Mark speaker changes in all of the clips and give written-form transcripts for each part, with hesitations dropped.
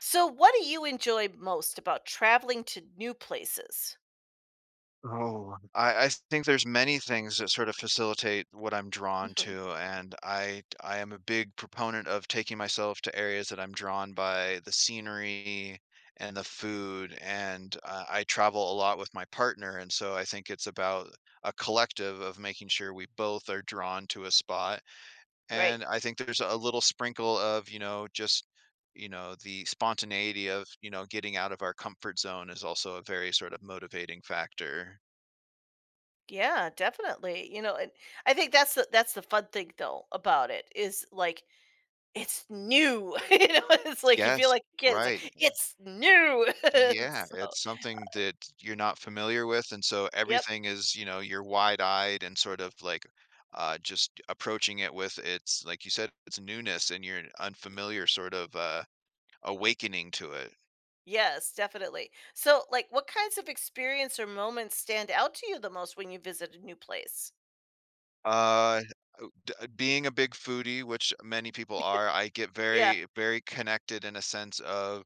Speaker 1: So, what do you enjoy most about traveling to new places?
Speaker 2: Oh, I think there's many things that sort of facilitate what I'm drawn
Speaker 1: Mhm.
Speaker 2: to, and I am a big proponent of taking myself to areas that I'm drawn by the scenery and the food, and I travel a lot with my partner, and so I think it's about a collective of making sure we both are drawn to a spot,
Speaker 1: Right.
Speaker 2: and I think there's a little sprinkle of just the spontaneity of getting out of our comfort zone is also a very sort of motivating factor.
Speaker 1: Yeah, definitely. And I think that's the fun thing though about it is it's new. It's like you feel
Speaker 2: Yes,
Speaker 1: like a kid. It's
Speaker 2: right.
Speaker 1: like it's new.
Speaker 2: Yeah,
Speaker 1: so,
Speaker 2: it's something that you're not familiar with, and so
Speaker 1: yep.
Speaker 2: everything is, you know, you're wide-eyed and sort of like just approaching it with its, like you said, its newness and your unfamiliar sort of awakening to it.
Speaker 1: Yes, definitely. So, like what kinds of experience or moments stand out to you the most when you visit a new place?
Speaker 2: Uh Being a big foodie, which many people are, I get
Speaker 1: Yeah.
Speaker 2: very, very connected in a sense of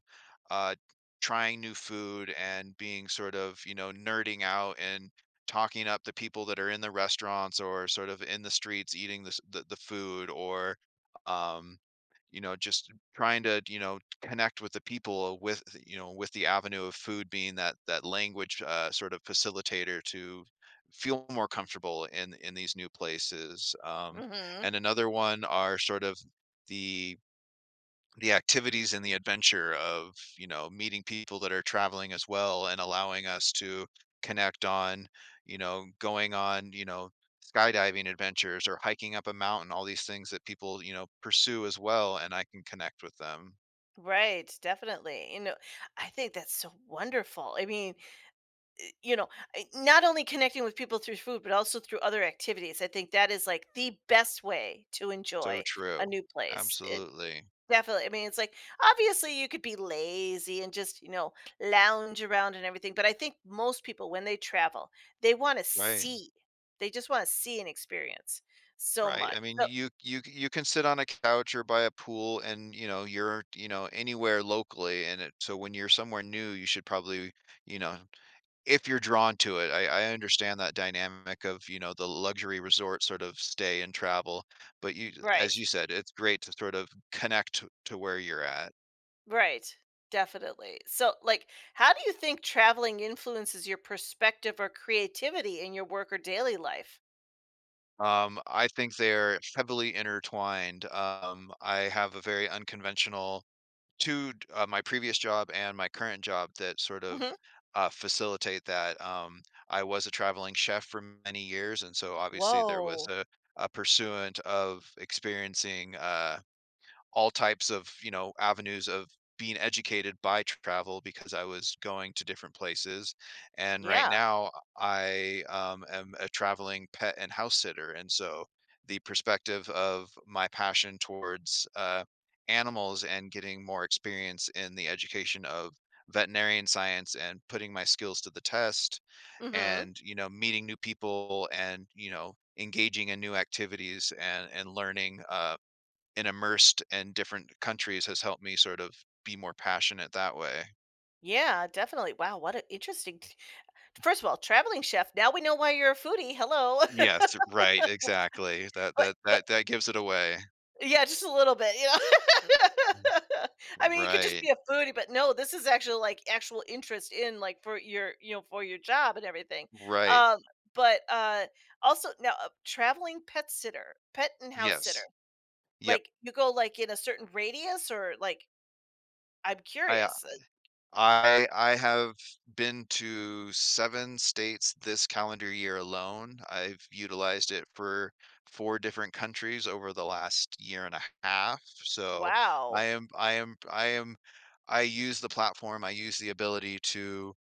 Speaker 2: uh, trying new food and being sort of, you know, nerding out and talking up the people that are in the restaurants or sort of in the streets eating this, the food, or um, you know, just trying to, you know, connect with the people with, you know, with the avenue of food being that language sort of facilitator to feel more comfortable in these new places.
Speaker 1: Hmm.
Speaker 2: And another one are sort of the the activities and the adventure of meeting people that are traveling as well and allowing us to connect on, going on, skydiving adventures or hiking up a mountain, all these things that people, you know, pursue as well, and I can connect with them.
Speaker 1: Right. Definitely. I think that's so wonderful. You know, I not only connecting with people through food, but also through other activities. I think that is, like, the best way to
Speaker 2: So
Speaker 1: enjoy a
Speaker 2: true.
Speaker 1: new place. It
Speaker 2: Absolutely.
Speaker 1: definitely it's like, obviously, you could be lazy and just, you know, lounge around and everything, but I think most people, when they travel, they wanna
Speaker 2: Right.
Speaker 1: see. They just wanna see and experience so
Speaker 2: Right.
Speaker 1: much.
Speaker 2: I mean,
Speaker 1: So
Speaker 2: you can sit on a couch or by a pool and, you know, you're, you know, anywhere locally and it, so when you're somewhere new, you should probably, you know, if you're drawn to it. I understand that dynamic of, you know, the luxury resort sort of stay and travel, but you,
Speaker 1: right,
Speaker 2: as you said, it's great to sort of connect to where you're at.
Speaker 1: right, definitely. So, like, how do you think traveling influences your perspective or creativity in your work or daily life?
Speaker 2: I think they're heavily intertwined. I have a very unconventional 2 d my previous job and my current job that sort of
Speaker 1: Mhm.
Speaker 2: facilitate that. I was a traveling chef for many years, and so obviously there was
Speaker 1: Whoa.
Speaker 2: a pursuant of experiencing all types of, you know, avenues of being educated by travel because I was going to different places. And right
Speaker 1: Yeah.
Speaker 2: now I am a traveling pet and house sitter. And so the perspective of my passion towards animals and getting more experience in the education of veterinarian science and putting my skills to the test
Speaker 1: Hmm.
Speaker 2: and, you know, meeting new people and, you know, engaging in new activities and learning and immersed in different countries has helped me sort of be more passionate that way.
Speaker 1: Yeah, definitely. Wow, what an interesting. T- first of all, traveling chef. Now we know why you're a foodie. Hello.
Speaker 2: Yes, right, exactly. That that
Speaker 1: But
Speaker 2: that that gives it away.
Speaker 1: yeah, just a little bit, you know. I mean, you could just
Speaker 2: Right.
Speaker 1: be a foodie, but no, this is actually like actual interest in like for your, you know, for your job and everything.
Speaker 2: Right.
Speaker 1: Um, but also now a traveling pet sitter, pet and house sitter.
Speaker 2: Yes. Yep.
Speaker 1: Like you go like in a certain radius or like I'm
Speaker 2: I uh,
Speaker 1: curious.
Speaker 2: I have been to 7 states this calendar year alone. I've utilized it for 4 different countries over the last year and a half. So, I
Speaker 1: Wow.
Speaker 2: am I am I am I use the platform, I use the ability to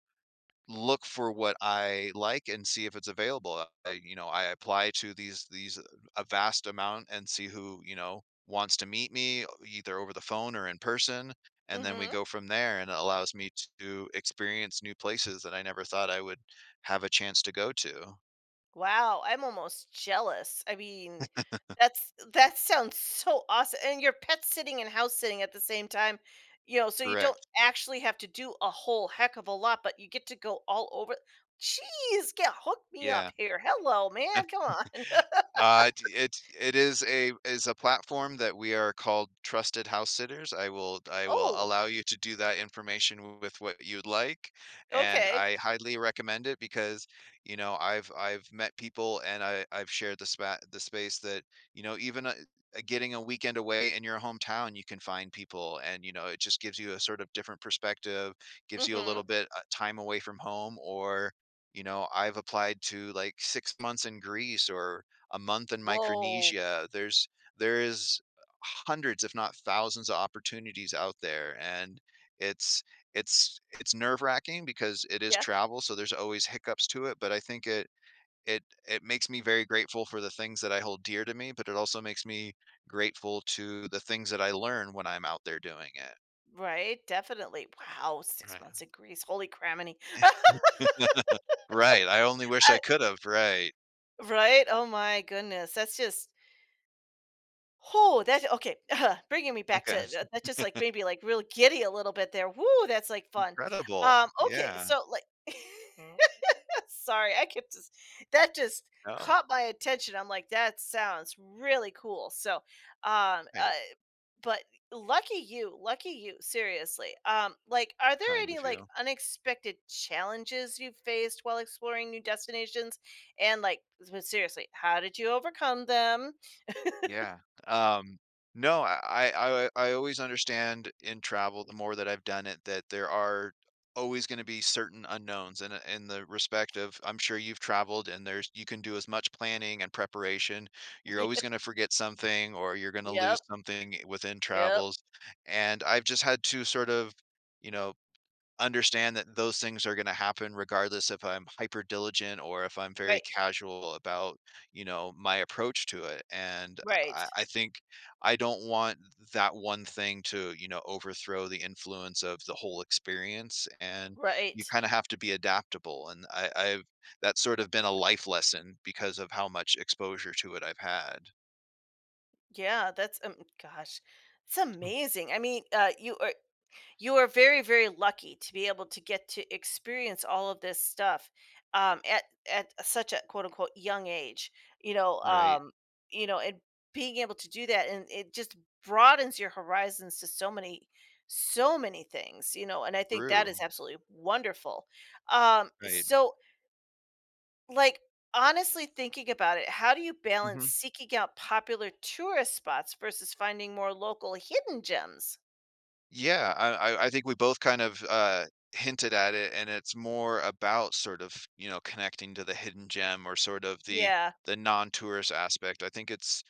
Speaker 2: look for what I like and see if it's available. I, you know, I apply to these a vast amount and see who, you know, wants to meet me either over the phone or in person, and then we
Speaker 1: Mhm.
Speaker 2: go from there. And it allows me to experience new places that I never thought I would have a chance to go to.
Speaker 1: Wow, I'm almost jealous. I mean, that sounds so awesome. And your pet sitting and house sitting at the same time, you know, so you don't
Speaker 2: Correct.
Speaker 1: actually have to do a whole heck of a lot, but you get to go all over. Jeez, get hook me up
Speaker 2: Yeah.
Speaker 1: here. Hello, man. Come on.
Speaker 2: It is a platform that we are called Trusted House Sitters. I will
Speaker 1: oh,
Speaker 2: allow you to do that information with what you'd like, and
Speaker 1: okay.
Speaker 2: I highly recommend it because, you know, I've met people and I've shared the space that, you know, even getting a weekend away in your hometown, you can find people and, you know, it just gives you a sort of different perspective, gives you a
Speaker 1: Mm-hmm.
Speaker 2: little bit time away from home. Or you know, I've applied to like 6 months in Greece or a month in
Speaker 1: Whoa.
Speaker 2: Micronesia. There is hundreds, if not thousands, of opportunities out there, and it's it's nerve wracking because it is
Speaker 1: Yeah.
Speaker 2: travel, so there's always hiccups to it. But I think it makes me very grateful for the things that I hold dear to me, but it also makes me grateful to the things that I learn when I'm out there doing it.
Speaker 1: Right. Definitely. Wow. Six
Speaker 2: Right.
Speaker 1: months in Greece. Holy craminy. I-
Speaker 2: Right. I only wish I could have. Right.
Speaker 1: right. Oh my goodness. That's just Oh, that okay. bringing me back
Speaker 2: Okay.
Speaker 1: to
Speaker 2: It's
Speaker 1: that, just like maybe like real giddy a little bit there. Woo, that's like fun.
Speaker 2: incredible.
Speaker 1: Okay,
Speaker 2: Yeah.
Speaker 1: so like, Mm. sorry, I kept just that just
Speaker 2: No.
Speaker 1: caught my attention. I'm like, that sounds really cool. So, um, uh,
Speaker 2: Right.
Speaker 1: but lucky you, seriously. Like, are there
Speaker 2: Kind
Speaker 1: any
Speaker 2: of
Speaker 1: like
Speaker 2: you.
Speaker 1: unexpected challenges you faced while exploring new destinations? And like, seriously, how did you overcome them?
Speaker 2: Yeah. Um, no, I always understand in travel, the more that I've done it, that there are always gonna be certain unknowns in a in the respect of, I'm sure you've traveled, and there's, you can do as much planning and preparation. You're always gonna forget something or you're gonna
Speaker 1: yep.
Speaker 2: lose something within
Speaker 1: Yep.
Speaker 2: travels, and I've just had to sort of, you know, understand that those things are going to happen regardless if I'm hyper diligent or if I'm very
Speaker 1: Right.
Speaker 2: casual about, you know, my approach to it. And
Speaker 1: Right.
Speaker 2: I think I don't want that one thing to, you know, overthrow the influence of the whole experience. And you
Speaker 1: Right.
Speaker 2: kind of have to be adaptable. And I've that's sort of been a life lesson because of how much exposure to it I've had.
Speaker 1: Yeah, that's um, gosh, it's amazing. I mean, you are very very lucky to be able to get to experience all of this stuff at such a quote unquote young age. You know,
Speaker 2: Right.
Speaker 1: um, you know, and being able to do that and it just broadens your horizons to so many things, you know, and I think that is
Speaker 2: True.
Speaker 1: absolutely wonderful. um
Speaker 2: Right.
Speaker 1: so Like, honestly thinking about it, how do you balance
Speaker 2: Mhm.
Speaker 1: seeking out popular tourist spots versus finding more local hidden gems?
Speaker 2: Yeah, I think we both kind of, hinted at it, and it's more about sort of, you know, connecting to the hidden gem or sort of
Speaker 1: Yeah,
Speaker 2: the non-tourist aspect. I think it's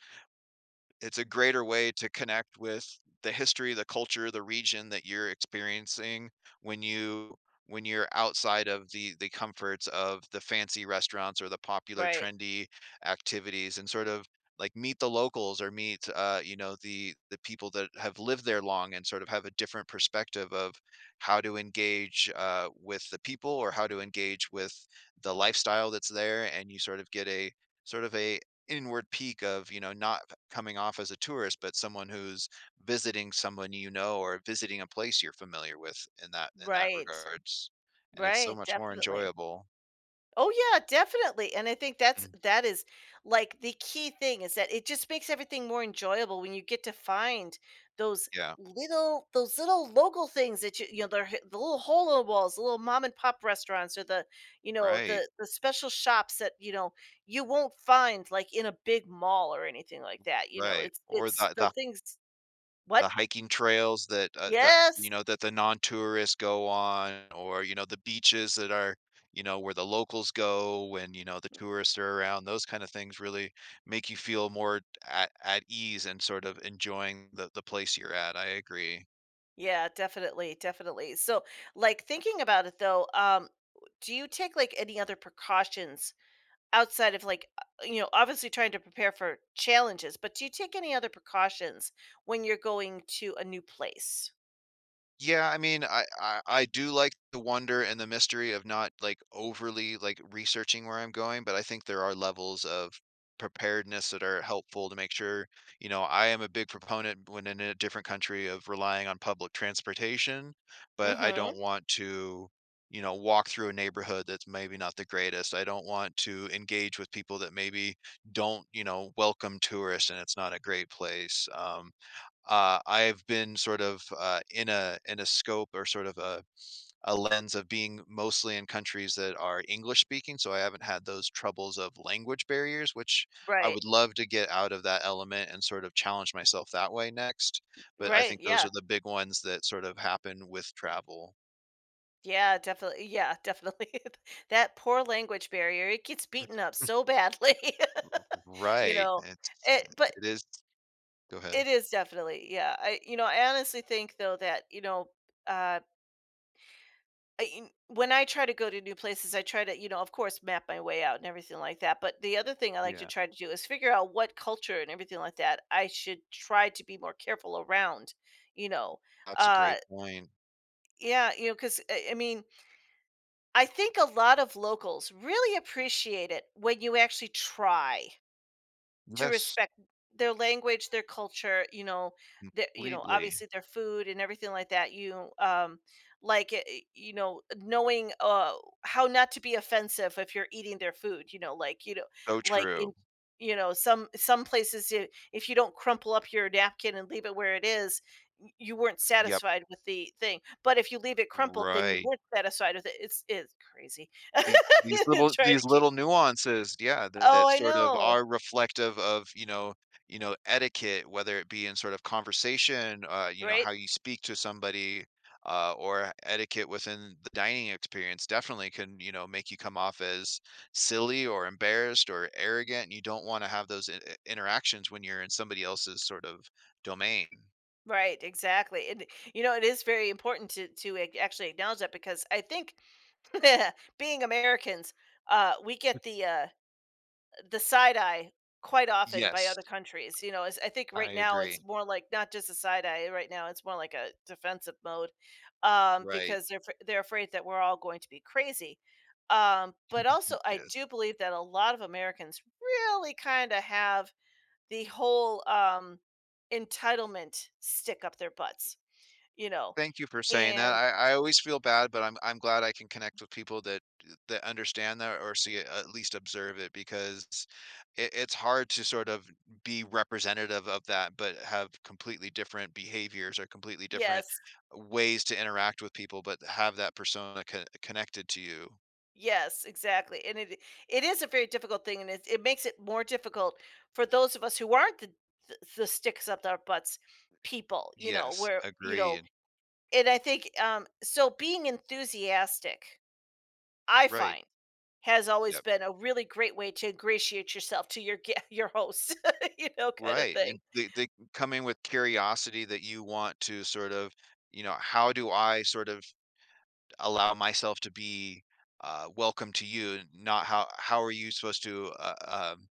Speaker 2: it's a greater way to connect with the history, the culture, the region that you're experiencing when you, when you're outside of the comforts of the fancy restaurants or the popular
Speaker 1: right,
Speaker 2: trendy activities, and sort of like meet the locals or meet, you know, the people that have lived there long and sort of have a different perspective of how to engage, with the people, or how to engage with the lifestyle that's there, and you sort of get a sort of a inward peak of, you know, not coming off as a tourist, but someone who's visiting someone you know, or visiting a place you're familiar with, in that
Speaker 1: right,
Speaker 2: regards. And it's so
Speaker 1: right,
Speaker 2: much more
Speaker 1: definitely.
Speaker 2: enjoyable.
Speaker 1: Oh yeah, definitely. And I think that's
Speaker 2: Mm,
Speaker 1: that is like the key thing is that it just makes everything more enjoyable when you get to find those
Speaker 2: yeah,
Speaker 1: those little local things that you know, the little hole in the walls, the little mom and pop restaurants, or the you know
Speaker 2: right,
Speaker 1: the special shops that you know you won't find like in a big mall or anything like that. You know,
Speaker 2: right. Or
Speaker 1: it's
Speaker 2: the
Speaker 1: the
Speaker 2: the
Speaker 1: things what?
Speaker 2: the hiking trails that, the you
Speaker 1: Yes.
Speaker 2: know, that the non-tourists go on, or you know the beaches that are, you know, where the locals go when, you know, the tourists are around. Those kind of things really make you feel more at ease and sort of enjoying the place you're at. I agree.
Speaker 1: Yeah, definitely, definitely. So, like thinking about it though, do you take like any other precautions outside of like you know, obviously trying to prepare for challenges, but do you take any other precautions when you're going to a new place?
Speaker 2: Yeah, I mean, I do like the wonder and the mystery of not like overly like researching where I'm going, but I think there are levels of preparedness that are helpful to make sure, you know, I am a big proponent when in a different country of relying on public transportation, but I
Speaker 1: Mhm.
Speaker 2: don't want to, you know, walk through a neighborhood that's maybe not the greatest. I don't want to engage with people that maybe don't, you know, welcome tourists and it's not a great place. I've been sort of in a scope or sort of a lens of being mostly in countries that are English speaking, so I haven't had those troubles of language barriers, which I
Speaker 1: Right.
Speaker 2: would love to get out of that element and sort of challenge myself that way next. But I
Speaker 1: Right.
Speaker 2: think those
Speaker 1: Yeah.
Speaker 2: are the big ones that sort of happen with travel.
Speaker 1: Yeah, definitely. Yeah, definitely. that poor language barrier, it gets beaten up so badly. you
Speaker 2: Right.
Speaker 1: know,
Speaker 2: It's
Speaker 1: it but
Speaker 2: it is. Go ahead.
Speaker 1: it is definitely. Yeah. I you know, I honestly think though that, you know, uh I in when I try to go to new places, I try to, you know, of course, map my way out and everything like that, but the other thing I like to
Speaker 2: Yeah,
Speaker 1: try to do is figure out what culture and everything like that I should try to be more careful around, you know?
Speaker 2: that's a
Speaker 1: Uh,
Speaker 2: great point.
Speaker 1: yeah, you know, 'cause, I mean, I think a lot of locals really appreciate it when you actually try. To
Speaker 2: Yes,
Speaker 1: respect their language, their culture, you know, the you know,
Speaker 2: completely.
Speaker 1: obviously their food and everything like that, you, like, you know, knowing, how not to be offensive if you're eating their food, you know,
Speaker 2: So
Speaker 1: like
Speaker 2: true.
Speaker 1: in you know, some places, I if you don't crumple up your napkin and leave it where it is, y you weren't
Speaker 2: Yep.
Speaker 1: satisfied with the thing, but if you leave it crumpled, then you
Speaker 2: Right.
Speaker 1: weren't satisfied with it. It's crazy.
Speaker 2: These little,
Speaker 1: Trying to keep
Speaker 2: nuances, yeah, that
Speaker 1: Oh,
Speaker 2: that
Speaker 1: I
Speaker 2: sort of
Speaker 1: know,
Speaker 2: are reflective of, you know, you know, etiquette, whether it be in sort of conversation, you know,
Speaker 1: right?
Speaker 2: how you speak to somebody, or etiquette within the dining experience, definitely can, you know, make you come off as silly or embarrassed or arrogant, and you don't wanna have those I interactions when you're in somebody else's sort of domain.
Speaker 1: Right, exactly. And you know, it is very important to actually acknowledge that because I think being Americans, we get the side eye quite often by
Speaker 2: Yes,
Speaker 1: other countries. You know, as I think
Speaker 2: I
Speaker 1: right now it's
Speaker 2: agree.
Speaker 1: more like not just a side eye. Right now, it's more like a defensive mode,
Speaker 2: Right.
Speaker 1: because they're afraid that we're all going to be crazy. But also, I
Speaker 2: Yes.
Speaker 1: do believe that a lot of Americans really kind of have the whole entitlement stick up their butts, you know,
Speaker 2: Thank you for saying that.
Speaker 1: and
Speaker 2: I always feel bad, but I'm glad I can connect with people that understand that or see it, at least observe it, because it's hard to sort of be representative of that, but have completely different behaviors or completely different
Speaker 1: yes,
Speaker 2: ways to interact with people, but have that persona connected to you.
Speaker 1: yes, exactly. And it is a very difficult thing, and it makes it more difficult for those of us who aren't the sticks up our butts people, you know,
Speaker 2: Yes,
Speaker 1: where you know.
Speaker 2: agreed.
Speaker 1: And I think, being enthusiastic, I
Speaker 2: Right.
Speaker 1: find, has always
Speaker 2: Yep.
Speaker 1: been a really great way to ingratiate yourself to your your host, you know, kind of
Speaker 2: Right.
Speaker 1: thing.
Speaker 2: And they come in with curiosity that you want to sort of, you know, how do I sort of allow myself to be, welcome to you, not how are you supposed to uh, um,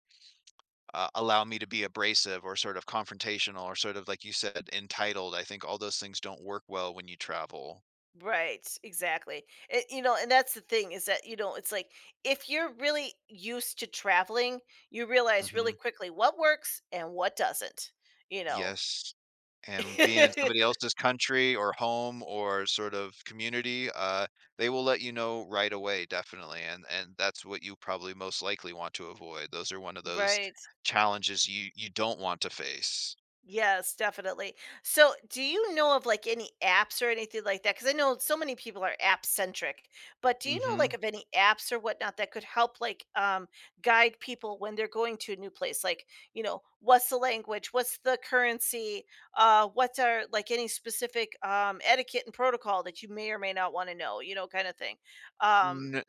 Speaker 2: uh, allow me to be abrasive or sort of confrontational or sort of, like you said, entitled. I think all those things don't work well when you travel.
Speaker 1: Right, exactly. It, you know, and that's the thing, is that, you know, it's like if you're really used to traveling, you realize really
Speaker 2: Hmm
Speaker 1: quickly what works and what doesn't, you know.
Speaker 2: Yes, and being in somebody else's country or home or sort of community, they will let you know right away, definitely, and that's what you probably most likely want to avoid. Those are one of those
Speaker 1: right.
Speaker 2: challenges you don't want to face.
Speaker 1: Yes, definitely. So, do you know of like any apps or anything like that? Because I know so many people are app centric, but do you know like
Speaker 2: Hmm
Speaker 1: of any apps or whatnot that could help like guide people when they're going to a new place? Like, you know, what's the language? What's the currency? What are like any specific etiquette and protocol that you may or may not want to know? You know, kind of thing. Um,
Speaker 2: N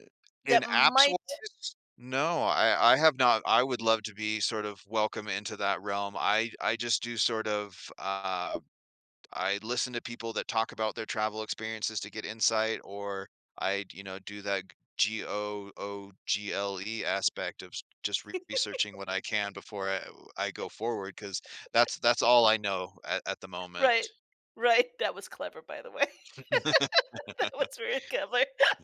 Speaker 1: that
Speaker 2: In
Speaker 1: might
Speaker 2: apps-wise? No, I have not. I would love to be sort of welcome into that realm. I just do sort of, I listen to people that talk about their travel experiences to get insight, or I, you know, do that Google aspect of researching what I can before I go forward, because that's all I know at the
Speaker 1: right.
Speaker 2: moment.
Speaker 1: Right, that was clever, by the way. That was very clever.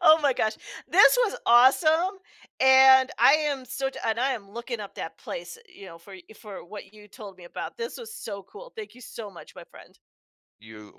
Speaker 1: Oh my gosh. This was awesome, and I am looking up that place, you know, for what you told me about. This was so cool. Thank you so much, my friend.
Speaker 2: You